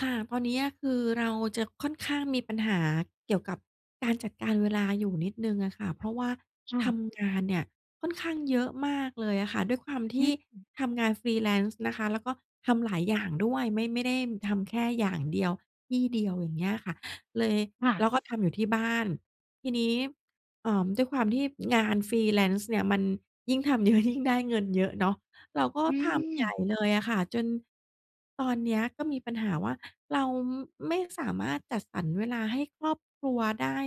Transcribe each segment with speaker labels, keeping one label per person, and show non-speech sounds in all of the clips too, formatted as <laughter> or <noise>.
Speaker 1: ค่ะตอนเนี้ยคือเราจะค่อนข้างมีปัญหาเกี่ยวกับการจัดการเวลาอยู่นิดหนึ่งอะค่ะเพราะว่า
Speaker 2: ค่ะ
Speaker 1: ทำงานเนี่ยค่อนข้างเยอะมากเลยอะค่ะด้วยความ
Speaker 2: อื
Speaker 1: ที่
Speaker 2: ม
Speaker 1: ทำงาน freelance นะคะ แล้วก็ทำหลายอย่างด้วยไม่ได้ทำแค่อย่างเดียวที่เดียวอย่างเงี้ยค่ะเลย
Speaker 2: ค่ะ
Speaker 1: แล้วก็ทำอยู่ที่บ้านทีนี้ด้วยความที่งาน freelance เนี่ยมันยิ่งทำเยอะ <laughs> ยิ่งได้เงินเยอะเนาะ เราก็
Speaker 2: อื
Speaker 1: ทำ
Speaker 2: ม
Speaker 1: ใหญ่เลยอะค่ะจนตอนเนี้ยก็มีปัญหาว่าเราไม่สามารถจัดสรรเวลาให้ครอบครัวได้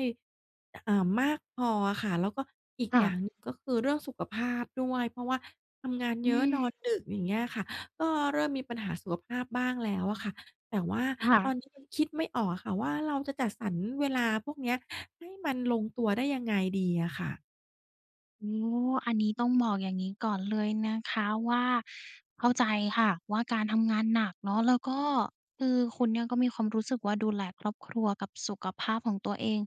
Speaker 1: อ่ามากพออะค่ะแล้วก็อีกอย่าง
Speaker 2: ค่ะ
Speaker 1: หนึ่งก็คือเรื่องสุขภาพด้วยเพราะว่าทำงาน
Speaker 2: อื
Speaker 1: เยอะน
Speaker 2: ม
Speaker 1: อนดึกอย่างเงี้ยค่ะก็เริ่มมีปัญหาสุขภาพบ้างแล้วอะค่ะแต่ว่าตอน
Speaker 2: ค่ะ
Speaker 1: นี้ยังคิดไม่ออกอะค่ะว่าเราจะจัดสรรเวลาพวกเนี้ยให้มันลงตัวได้ยังไงดีอะค่ะ
Speaker 2: โอ้อันนี้ต้องบอกอย่างงี้ก่อนเลยนะคะว่าเข้าใจค่ะว่าการทำงานหนักเนาะแล้วก็คือคุณเนี่ยก็มีความรู้สึกว่าดูแลครอบครัวกับสุขภาพของตัวเอง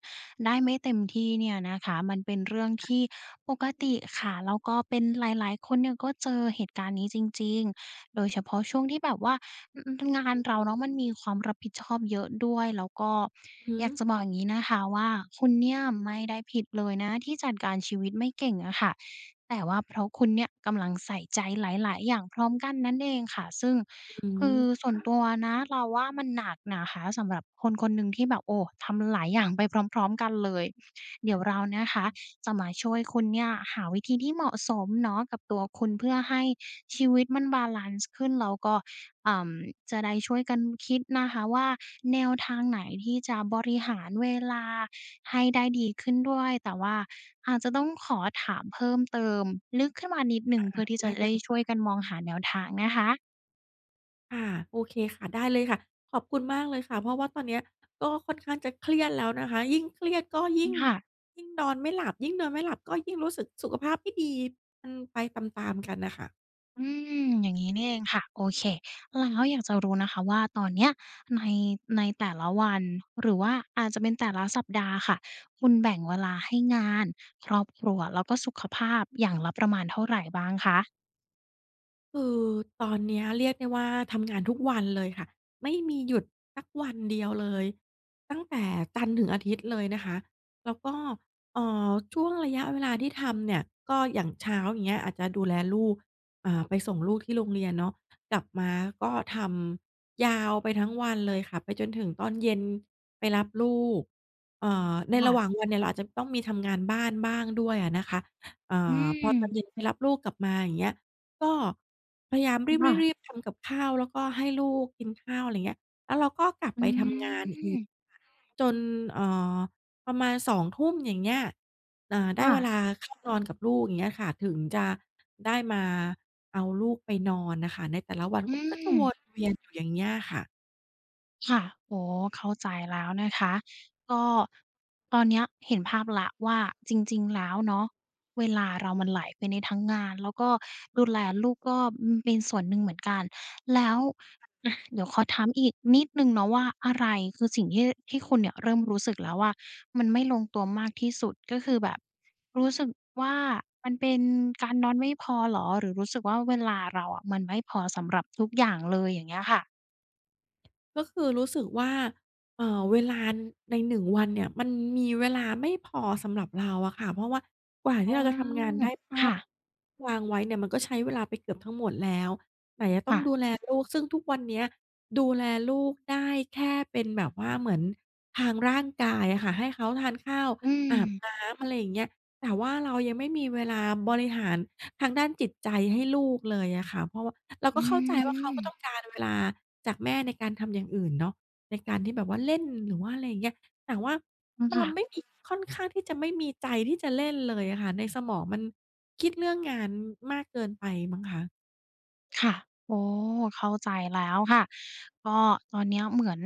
Speaker 2: ได้ไม่เต็มที่เนี่ยนะคะมันเป็นเรื่องที่ปกติค่ะแล้วก็เป็นหลายๆคนเนี่ยก็เจอเหตุการณ์นี้จริงๆโดยเฉพาะช่วงที่แบบว่า อืมงานเราเนาะมันมีความรับผิดชอบเยอะด้วยแล้วก็
Speaker 1: อือ
Speaker 2: อยาก
Speaker 1: ฮึ
Speaker 2: จะบอกอย่างงี้นะคะว่าคุณเนี่ยไม่ได้ผิดเลยนะที่จัดการชีวิตไม่เก่งอะค่ะแต่ว่าเพราะคุณเนี่ยกำลังใส่ใจหลายๆอย่างพร้อมกันนั่นเองค่ะซึ่ง
Speaker 1: อื
Speaker 2: คือ
Speaker 1: ม
Speaker 2: ส่วนตัวนะเราว่ามันหนักนะคะสำหรับคนคนหนึ่งที่แบบโอ้ทำหลายอย่างไปพร้อมๆกันเลยเดี๋ยวเรานะคะจะมาช่วยคุณเนี่ยหาวิธีที่เหมาะสมเนาะกับตัวคุณเพื่อให้ชีวิตมันบาลันซ์ขึ้นแล้วก็ อ่ำจะได้ช่วยกันคิดนะคะว่าแนวทางไหนที่จะบริหารเวลาให้ได้ดีขึ้นด้วยแต่ว่าอาจจะต้องขอถามเพิ่มเติมลึกขึ้นมานิดหนึ่งเพื่
Speaker 1: ค่ะ
Speaker 2: อที่จะ
Speaker 1: ได้เล
Speaker 2: ได้ช่ว
Speaker 1: ย
Speaker 2: ยกันมองหาแนวทางนะคะ
Speaker 1: ค่ะโอเคค่ะได้เลยค่ะขอบคุณมากเลยค่ะเพราะว่าตอนเนี้ยก็ค่อนข้างจะเครียดแล้วนะคะยิ่งเครียดก็ยิ่ง
Speaker 2: ค่ะ
Speaker 1: ยิ่งนอนไม่หลับยิ่งนอนไม่หลับก็ยิ่งรู้สึกสุขภาพไม่ดีมันไปตามๆกันน่ะค่ะ
Speaker 2: อืมอย่างงี้นี่เองค่ะโอเคแล้วอยากจะรู้นะคะว่าตอนเนี้ยในในแต่ละวันหรือว่าอาจจะเป็นแต่ละสัปดาห์ค่ะคุณแบ่งเวลาให้งานครอบครัวแล้วก็สุขภาพอย่างละประมาณเท่าไรบ้างคะ
Speaker 1: คือตอนเนี้ยเรียกได้ว่าทำงานทุกวันเลยค่ะไม่มีหยุดสักวันเดียวเลยตั้งแต่จันทร์ถึงอาทิตย์เลยนะคะแล้วก็เอ่อช่วงระยะเวลาที่ทำเนี่ยก็อย่างเช้าอย่างเงี้ยอาจจะดูแลลูกไปส่งลูกที่โรงเรียนเนาะกลับมาก็ทำยาวไปทั้งวันเลยค่ะไปจนถึงตอนเย็นไปรับลูกใน
Speaker 2: ค่ะ
Speaker 1: ระหว่างวันเนี่ยเราอาจจะต้องมีทำงานบ้านบ้างด้วยอะนะคะ
Speaker 2: อื
Speaker 1: พอตอนเย็น
Speaker 2: ม
Speaker 1: ไปรับลูกกลับมาอย่างเงี้ย ก็พยายามรีบ
Speaker 2: ค่ะ
Speaker 1: ๆๆทำกับข้าวแล้วก็ให้ลูกกินข้าวอะไรเงี้ยแล้วเราก็กลับ
Speaker 2: อื
Speaker 1: ไปทำงานอีก
Speaker 2: ม
Speaker 1: จนเอ่อประมาณ2ุ่มอย่างเงี้ยได้
Speaker 2: ค่ะ
Speaker 1: เวลาเข้านอนกับลูกอย่างเงี้ยค่ะถึงจะได้มาเอาลูกไปนอนน่ะค่ะในแต่ละวัน
Speaker 2: อื
Speaker 1: ก็จะ
Speaker 2: ม
Speaker 1: วนเวียนอยู่อย่างเงี้ยค่ะ
Speaker 2: ค่ะโอ้เข้าใจแล้วนะคะก็ตอนเนี้ยเห็นภาพแล้วว่าจริงๆแล้วเนาะเวลาเรามันไหลไปในทั้งงานแล้วก็ดูแลลูกก็เป็นส่วนหนึ่งเหมือนกันแล้วอะเดี๋ยวขอถามอีกนิดนึงเนาะว่าอะไรคือสิ่งที่ที่คุณเนี่ยเริ่มรู้สึกแล้วว่ามันไม่ลงตัวมากที่สุดก็คือแบบรู้สึกว่ามันเป็นการนอนไม่พอเหรอหรือรู้สึกว่าเวลาเราอะมันไม่พอสำหรับทุกอย่างเลยอย่างเงี้ยค่ะ
Speaker 1: ก็คือรู้สึกว่าเวลาในหนึ่งวันเนี่ยมันมีเวลาไม่พอสำหรับเราอะค่ะเพราะว่ากว่า
Speaker 2: อ๋
Speaker 1: ที่เราจะทำงาน
Speaker 2: อ
Speaker 1: ได้เป้า
Speaker 2: ค่ะ
Speaker 1: วางไว้เนี่ยมันก็ใช้เวลาไปเกือบทั้งหมดแล้วไหนจะต้อ
Speaker 2: ค่ะ
Speaker 1: งดูแลลูกซึ่งทุกวันเนี้ยดูแลลูกได้แค่เป็นแบบว่าเหมือนทางร่างกายอะค่ะให้เขาทานข้าว
Speaker 2: อื
Speaker 1: อาบ
Speaker 2: ม
Speaker 1: น้ำอะไรอย่างเงี้ยแต่ว่าเรายังไม่มีเวลาบริหาร ทางด้านจิตใจให้ลูกเลยอะค่ะเพราะว่าเราก็
Speaker 2: อื
Speaker 1: เข้าใจว่าเขาก็ต้อง
Speaker 2: ม
Speaker 1: การเวลาจากแม่ในการทำอย่างอื่นเนาะในการที่แบบว่าเล่นหรือว่าอะไรอย่างเงี้ยแต่ว่าม
Speaker 2: ค่ะ
Speaker 1: เราไม่มีค่อนข้างที่จะไม่มีใจที่จะเล่นเลยอะค่ะในสมองมันคิดเรื่องงานมากเกินไปมั้งคะ
Speaker 2: ค่ะโอ้เข้าใจแล้วค่ะก็ตอนเนี้ยเหมือน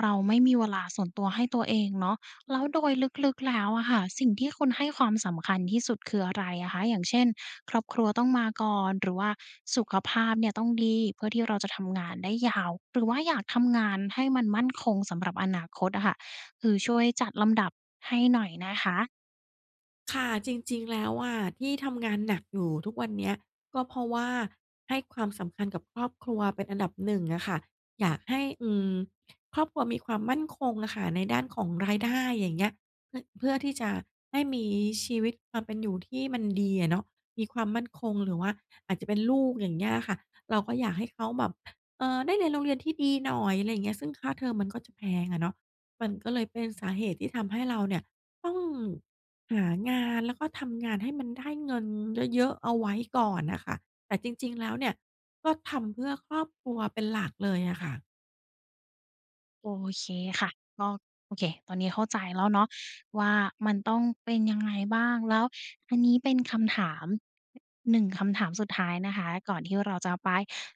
Speaker 2: เราไม่มีเวลาส่วนตัวให้ตัวเองเนาะแล้วโดยลึกๆแล้วอะค่ะสิ่งที่คุณให้ความสำคัญที่สุดคืออะไรอะคะอย่างเช่นครอบครัวต้องมาก่อนหรือว่าสุขภาพเนี่ยต้องดีเพื่อที่เราจะทำงานได้ยาวหรือว่าอยากทำงานให้มันมั่นคงสำหรับอนาคตอะค่ะคือช่วยจัดลำดับให้หน่อยนะคะ
Speaker 1: ค่ะจริงๆแล้วอะที่ทำงานหนักอยู่ทุกวันเนี้ยก็เพราะว่าให้ความสำคัญกับครอบครัวเป็นอันดับหนึ่งอะค่ะอยากให้อืมครอบครัวมีความมั่นคงอะค่ะในด้านของรายได้อย่างเงี้ยเพื่อที่จะให้มีชีวิตความเป็นอยู่ที่มันดีอะเนาะมีความมั่นคงหรือว่าอาจจะเป็นลูกอย่างเงี้ยอะค่ะเราก็อยากให้เขาแบบได้เรียนโรงเรียนที่ดีหน่อยอะไรอย่างเงี้ยซึ่งค่าเทอมมันก็จะแพงอะเนาะมันก็เลยเป็นสาเหตุที่ทำให้เราเนี่ยต้อง หางานแล้วก็ทำงานให้มันได้เงินเยอะๆเอาไว้ก่อนน่ะค่ะแต่จริงๆแล้วเนี่ยก็ทำเพื่อครอบครัวเป็นหลักเลยอะค่ะ
Speaker 2: โอเคค่ะก็โอเคตอนนี้เข้าใจแล้วเนาะว่ามันต้องเป็นยังไงบ้างแล้วอันนี้เป็นคำถามหนึ่งคำถามสุดท้ายนะคะก่อนที่เราจะไป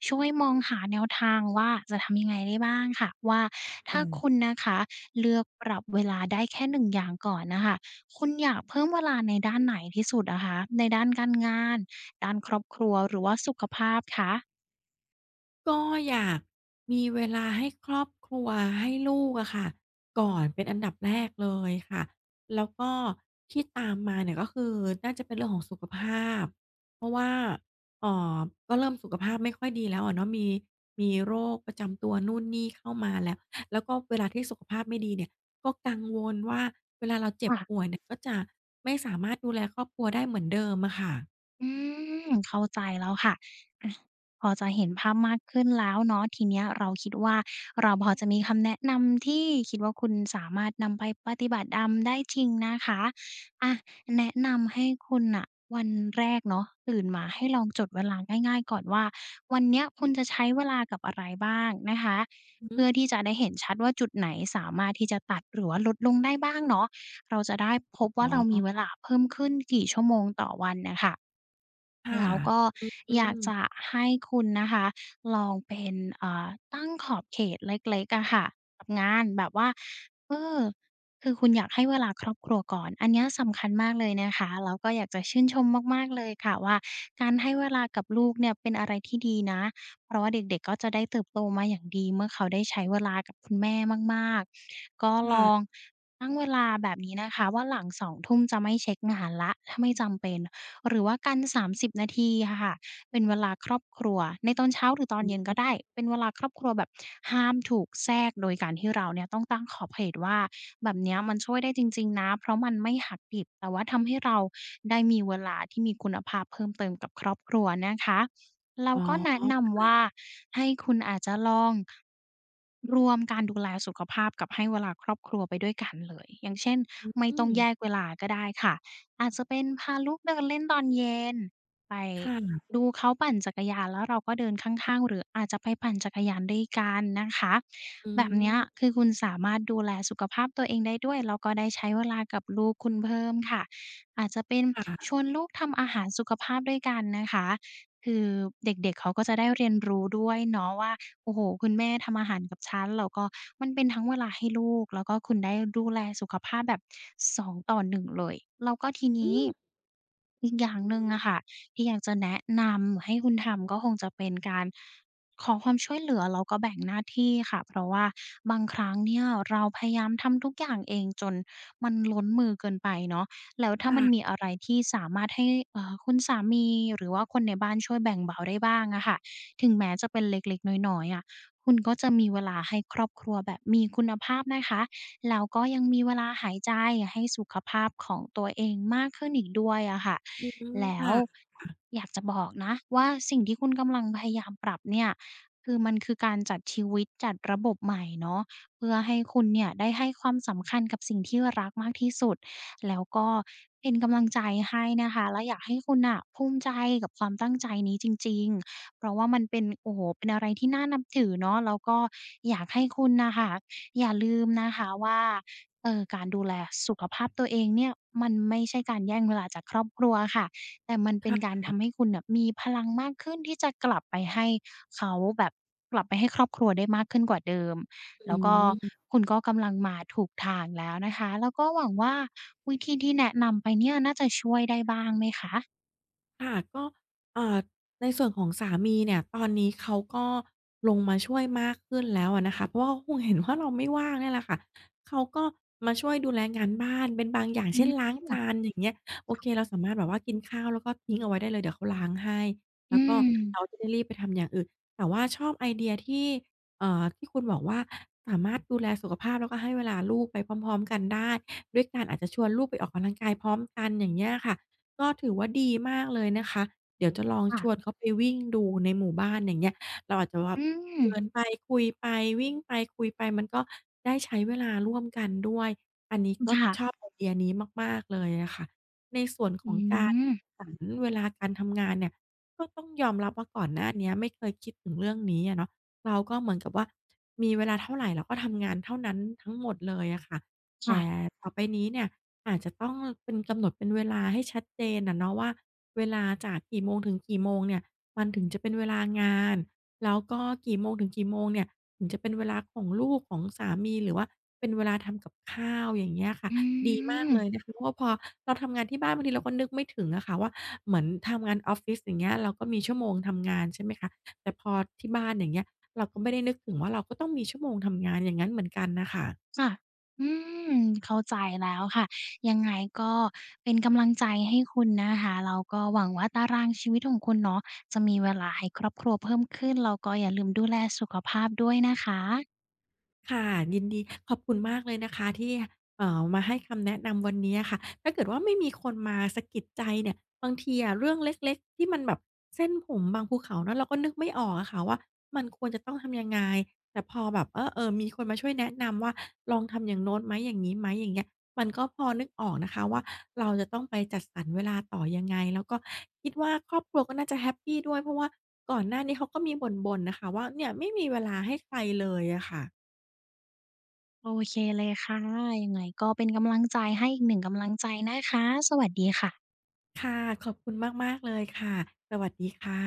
Speaker 2: ช่วยมองหาแนวทางว่าจะทำยังไงได้บ้างค่ะว่าถ้าคุ
Speaker 1: อา
Speaker 2: ณนะคะเลือกปรับเวลาได้แค่หนึ่งอย่างก่อนนะคะคุณอยากเพิ่มเวลาในด้านไหนที่สุดนะคะในด้านการงานด้านครอบครัวหรือว่าสุขภาพค
Speaker 1: ก็อยากมีเวลาให้ครอบครัวให้ลูกอะค่ะก่อนเป็นอันดับแรกเลยค่ะแล้วก็ที่ตามมาเนี่ยก็คือน่าจะเป็นเรื่องของสุขภาพเพราะว่าเอ่อก็เริ่มสุขภาพไม่ค่อยดีแล้วอะเนาะมีโรคประจำตัวนู่นนี่เข้ามาแล้วแล้วก็เวลาที่สุขภาพไม่ดีเนี่ยก็กังวลว่าเวลาเราเจ็บ
Speaker 2: ะ
Speaker 1: ป่วยเนี่ยก็จะไม่สามารถดูแลครอบครัวได้เหมือนเดิมอะค่ะ
Speaker 2: อืมเข้าใจแล้วค่ะอะพอจะเห็นภาพมากขึ้นแล้วเนาะทีเนี้ยเราคิดว่าเราพอจะมีคำแนะนำที่คิดว่าคุณสามารถนำไปปฏิบัติดำได้จริงนะคะอะแนะนำให้คุณน่ะวันแรกเนาะตื่นมาให้ลองจดเวลาง่ายๆก่อนว่าวันเนี้ยคุณจะใช้เวลากับอะไรบ้างนะคะ
Speaker 1: อือฮึ
Speaker 2: เพื่อที่จะได้เห็นชัดว่าจุดไหนสามารถที่จะตัดหรือว่าลดลงได้บ้างเนาะเราจะได้พบ
Speaker 1: อ๋
Speaker 2: ว่า
Speaker 1: อ
Speaker 2: เรามีเวลาเพิ่มขึ้นกี่ชั่วโมงต่อวันน่ะค่ะ
Speaker 1: ค่ะ
Speaker 2: แล้วก็
Speaker 1: อื
Speaker 2: อยาก
Speaker 1: ม
Speaker 2: จะให้คุณนะคะลองเป็นตั้งขอบเขตเล็กๆอะค่ะกับงานแบบว่าเออคือคุณอยากให้เวลาครอบครัวก่อนอันเนี้ยสำคัญมากเลยนะคะแล้วก็อยากจะชื่นชมมากๆเลยค่ะว่าการให้เวลากับลูกเนี่ยเป็นอะไรที่ดีนะเพราะว่าเด็กๆก็จะได้เติบโตมาอย่างดีเมื่อเขาได้ใช้เวลากับคุณแม่มากๆก็ลอง
Speaker 1: ค่ะ
Speaker 2: ตั้งเวลาแบบนี้นะคะว่าหลัง2ุ่มจะไม่เช็คงานแล้วถ้าไม่จำเป็น หรือว่ากัน30นาทีอะค่ะเป็นเวลาครอบครัว ในตอนเช้าหรือตอนเย็นก็ได้เป็นเวลาครอบครัวแบบห้ามถูกแทรกโดยการที่เราเนี่ยต้องตั้งขอบเขตว่าแบบเนี้ยมันช่วยได้จริงๆนะเพราะมันไม่หักดิบแต่ว่าทำให้เราได้มีเวลาที่มีคุณภาพเพิ่มเติมกับครอบครัวนะคะเรา
Speaker 1: อ๋
Speaker 2: ก็แนะ
Speaker 1: อ
Speaker 2: นำว่าให้คุณอาจจะลองรวมการดูแลสุขภาพกับให้เวลาครอบครัวไปด้วยกันเลยอย่างเช่นไม่
Speaker 1: อื
Speaker 2: ต้อง
Speaker 1: ม
Speaker 2: แยกเวลาก็ได้ค่ะ อาจจะเป็นพาลูกเดินเล่นตอนเย็นไป
Speaker 1: ค่ะ
Speaker 2: ดูเขาปั่นจักรยานแล้วเราก็เดินข้างๆหรืออาจจะไปปั่นจักรยานด้วยกันนะคะ
Speaker 1: อื
Speaker 2: แบบเนี้ย
Speaker 1: ม
Speaker 2: คือคุณสามารถดูแลสุขภาพตัวเองได้ด้วยแล้วก็ได้ใช้เวลากับลูกคุณเพิ่มค่ะอาจจะเป็นช
Speaker 1: ค่ะ
Speaker 2: วนลูกทำอาหารสุขภาพด้วยกันนะคะคือเด็กๆเขาก็จะได้เรียนรู้ด้วยเนาะว่า โอ้โฮคุณแม่ทำอาหารกับฉันแล้วก็มันเป็นทั้งเวลาให้ลูกแล้วก็คุณได้ดูแลสุขภาพแบบ2:1เลยแล้วก็ที
Speaker 1: อื
Speaker 2: นี้
Speaker 1: ม
Speaker 2: อีกอย่างหนึ่งอะค่ะที่อยากจะแนะนำให้คุณทำก็คงจะเป็นการขอความช่วยเหลือแล้วก็แบ่งหน้าที่ค่ะเพราะว่าบางครั้งเนี่ยเราพยายามทำทุกอย่างเองจนมันล้นมือเกินไปเนาะแล้วถ้า
Speaker 1: ค่
Speaker 2: มันมี
Speaker 1: ะ
Speaker 2: อะไรที่สามารถให้คุณสามีหรือว่าคนในบ้านช่วยแบ่งเบาได้บ้างอะค่ะ ถึงแม้จะเป็นเล็กๆน้อยๆอะคุณก็จะมีเวลาให้ครอบครัวแบบมีคุณภาพนะคะแล้วก็ยังมีเวลาหายใจให้สุขภาพของตัวเองมากขึ้นอีกด้วยอะค่ะ
Speaker 1: อืม
Speaker 2: แล้ว
Speaker 1: ค่ะ
Speaker 2: อยากจะบอกนะว่าสิ่งที่คุณกำลังพยายามปรับเนี่ยคือมันคือการจัดชีวิตจัดระบบใหม่เนาะเพื่อให้คุณเนี่ยได้ให้ความสำคัญกับสิ่งที่รักมากที่สุดแล้วก็เป็นกำลังใจให้นะคะและอยากให้คุณน่ะภูมิใจกับความตั้งใจนี้จริงๆ เพราะว่ามันเป็นโอ้โฮเป็นอะไรที่น่านับถือเนาะแล้วก็อยากให้คุณน่ะค่ะอย่าลืมนะคะว่าการดูแลสุขภาพตัวเองเนี่ยมันไม่ใช่การแย่งเวลาจากครอบครัวค่ะแต่มันเป็นการ
Speaker 1: ค่ะ
Speaker 2: ทำให้คุณน่ะมีพลังมากขึ้นที่จะกลับไปให้เขาแบบกลับไปให้ครอบครัวได้มากขึ้นกว่าเดิมแล้
Speaker 1: อื
Speaker 2: วก็
Speaker 1: ม
Speaker 2: คุณก็กำลังมาถูกทางแล้วนะคะแล้วก็หวังว่าวิธีที่แนะนำไปเนี่ยน่าจะช่วยได้บ้างไหมคะ
Speaker 1: ค่ะก็อ่าในส่วนของสามีเนี่ยตอนนี้เขาก็ลงมาช่วยมากขึ้นแล้วอะนะคะเพราะว่าเขาคงเห็นว่าเราไม่ว่างเนี่ยแหละค่ะเขาก็มาช่วยดูแลงานบ้านเป็นบางอย่าง
Speaker 2: อื
Speaker 1: เช่น
Speaker 2: ม
Speaker 1: ล้างจานอย่างเงี้ยโอเคเราสามารถแบบว่ากินข้าวแล้วก็ทิ้งเอาไว้ได้เลยเดี๋ยวเขาล้างให้
Speaker 2: อื
Speaker 1: แล้วก็
Speaker 2: ม
Speaker 1: เราจะได้รีบไปทำอย่างอื่นแต่ว่าชอบไอเดียที่ที่คุณบอกว่าสามารถดูแลสุขภาพแล้วก็ให้เวลาลูกไปพร้อมๆกันได้ด้วยการอาจจะชวนลูกไปออกกำลังกายพร้อมกันอย่างเงี้ยค่ะ ก็ถือว่าดีมากเลยนะคะ เดี๋ยวจะลอง
Speaker 2: ค่ะ
Speaker 1: ชวนเขาไปวิ่งดูในหมู่บ้านอย่างเงี้ยเราอาจจะแบบ
Speaker 2: อืม
Speaker 1: เดินไปคุยไปวิ่งไปคุยไปมันก็ได้ใช้เวลาร่วมกันด้วยอันนี้ก็ชอบ
Speaker 2: ค่ะ
Speaker 1: ไอเดียนี้มากๆเลยอะค่ะ ในส่วนข
Speaker 2: อื
Speaker 1: องการ
Speaker 2: ม
Speaker 1: สรรเวลาการทำงานเนี่ย ก็ต้องยอมรับว่าก่อนหน้าเนี้ยไม่เคยคิดถึงเรื่องนี้อะเนาะเราก็เหมือนกับว่ามีเวลาเท่าไรเราก็ทำงานเท่านั้นทั้งหมดเลยอะค่ะ แต่
Speaker 2: ค่ะ
Speaker 1: ต่อไปนี้เนี่ยอาจจะต้องเป็นกำหนดเป็นเวลาให้ชัดเจนอะเนาะว่าเวลาจากกี่โมงถึงกี่โมงเนี่ยมันถึงจะเป็นเวลางานแล้วก็กี่โมงถึงกี่โมงเนี่ยถึงจะเป็นเวลาของลูกของสามีหรือว่าเป็นเวลาทำกับข้าวอย่างเงี้ยค่ะ
Speaker 2: อื
Speaker 1: ดีมากเลย
Speaker 2: ม
Speaker 1: นะคะเพราะว่าพอเราทำงานที่บ้านบางทีเราก็นึกไม่ถึงอะค่ะว่าเหมือนทำงานออฟฟิศอย่างเงี้ยเราก็มีชั่วโมงทำงานใช่ไหมคะแต่พอที่บ้านอย่างเงี้ยเราก็ไม่ได้นึกถึงว่าเราก็ต้องมีชั่วโมงทำงานอย่างงั้นเหมือนกันน่ะค่ะ
Speaker 2: ค่ะอืมเข้าใจแล้วค่ะ ยังไงก็เป็นกำลังใจให้คุณนะคะแล้วก็หวังว่าตารางชีวิตของคุณเนาะจะมีเวลาให้ครอบครัวเพิ่มขึ้นแล้วก็อย่าลืมดูแลสุขภาพด้วยนะคะ
Speaker 1: ค่ะยินดีขอบคุณมากเลยนะคะที่มาให้คำแนะนำวันนี้อะค่ะถ้าเกิดว่าไม่มีคนมาสะกิดใจเนี่ยบางทีอะเรื่องเล็กๆที่มันแบบเส้นผมบางภูเขาเนาะเราก็นึกไม่ออกอะค่ะว่ามันควรจะต้องทำยังไงแต่พอแบบมีคนมาช่วยแนะนำว่าลองทำอย่างโน้นไหมอย่างนี้ไหมอย่างเงี้ยมันก็พอนึกออกนะคะว่าเราจะต้องไปจัดสรรเวลาต่อยังไงแล้วก็คิดว่าครอบครัวก็น่าจะแฮปปีด้วยเพราะว่าก่อนหน้านี้เขาก็มีบ่นๆน่ะค่ะว่าเนี่ยไม่มีเวลาให้ใครเลยอะค่ะ
Speaker 2: โอเคเลยค่ะ ยังไงก็เป็นกำลังใจให้อีกหนึ่งกำลังใจนะคะ สวัสดีค่ะ
Speaker 1: ค่ะขอบคุณมากๆเลยค่ะสวัสดีค่ะ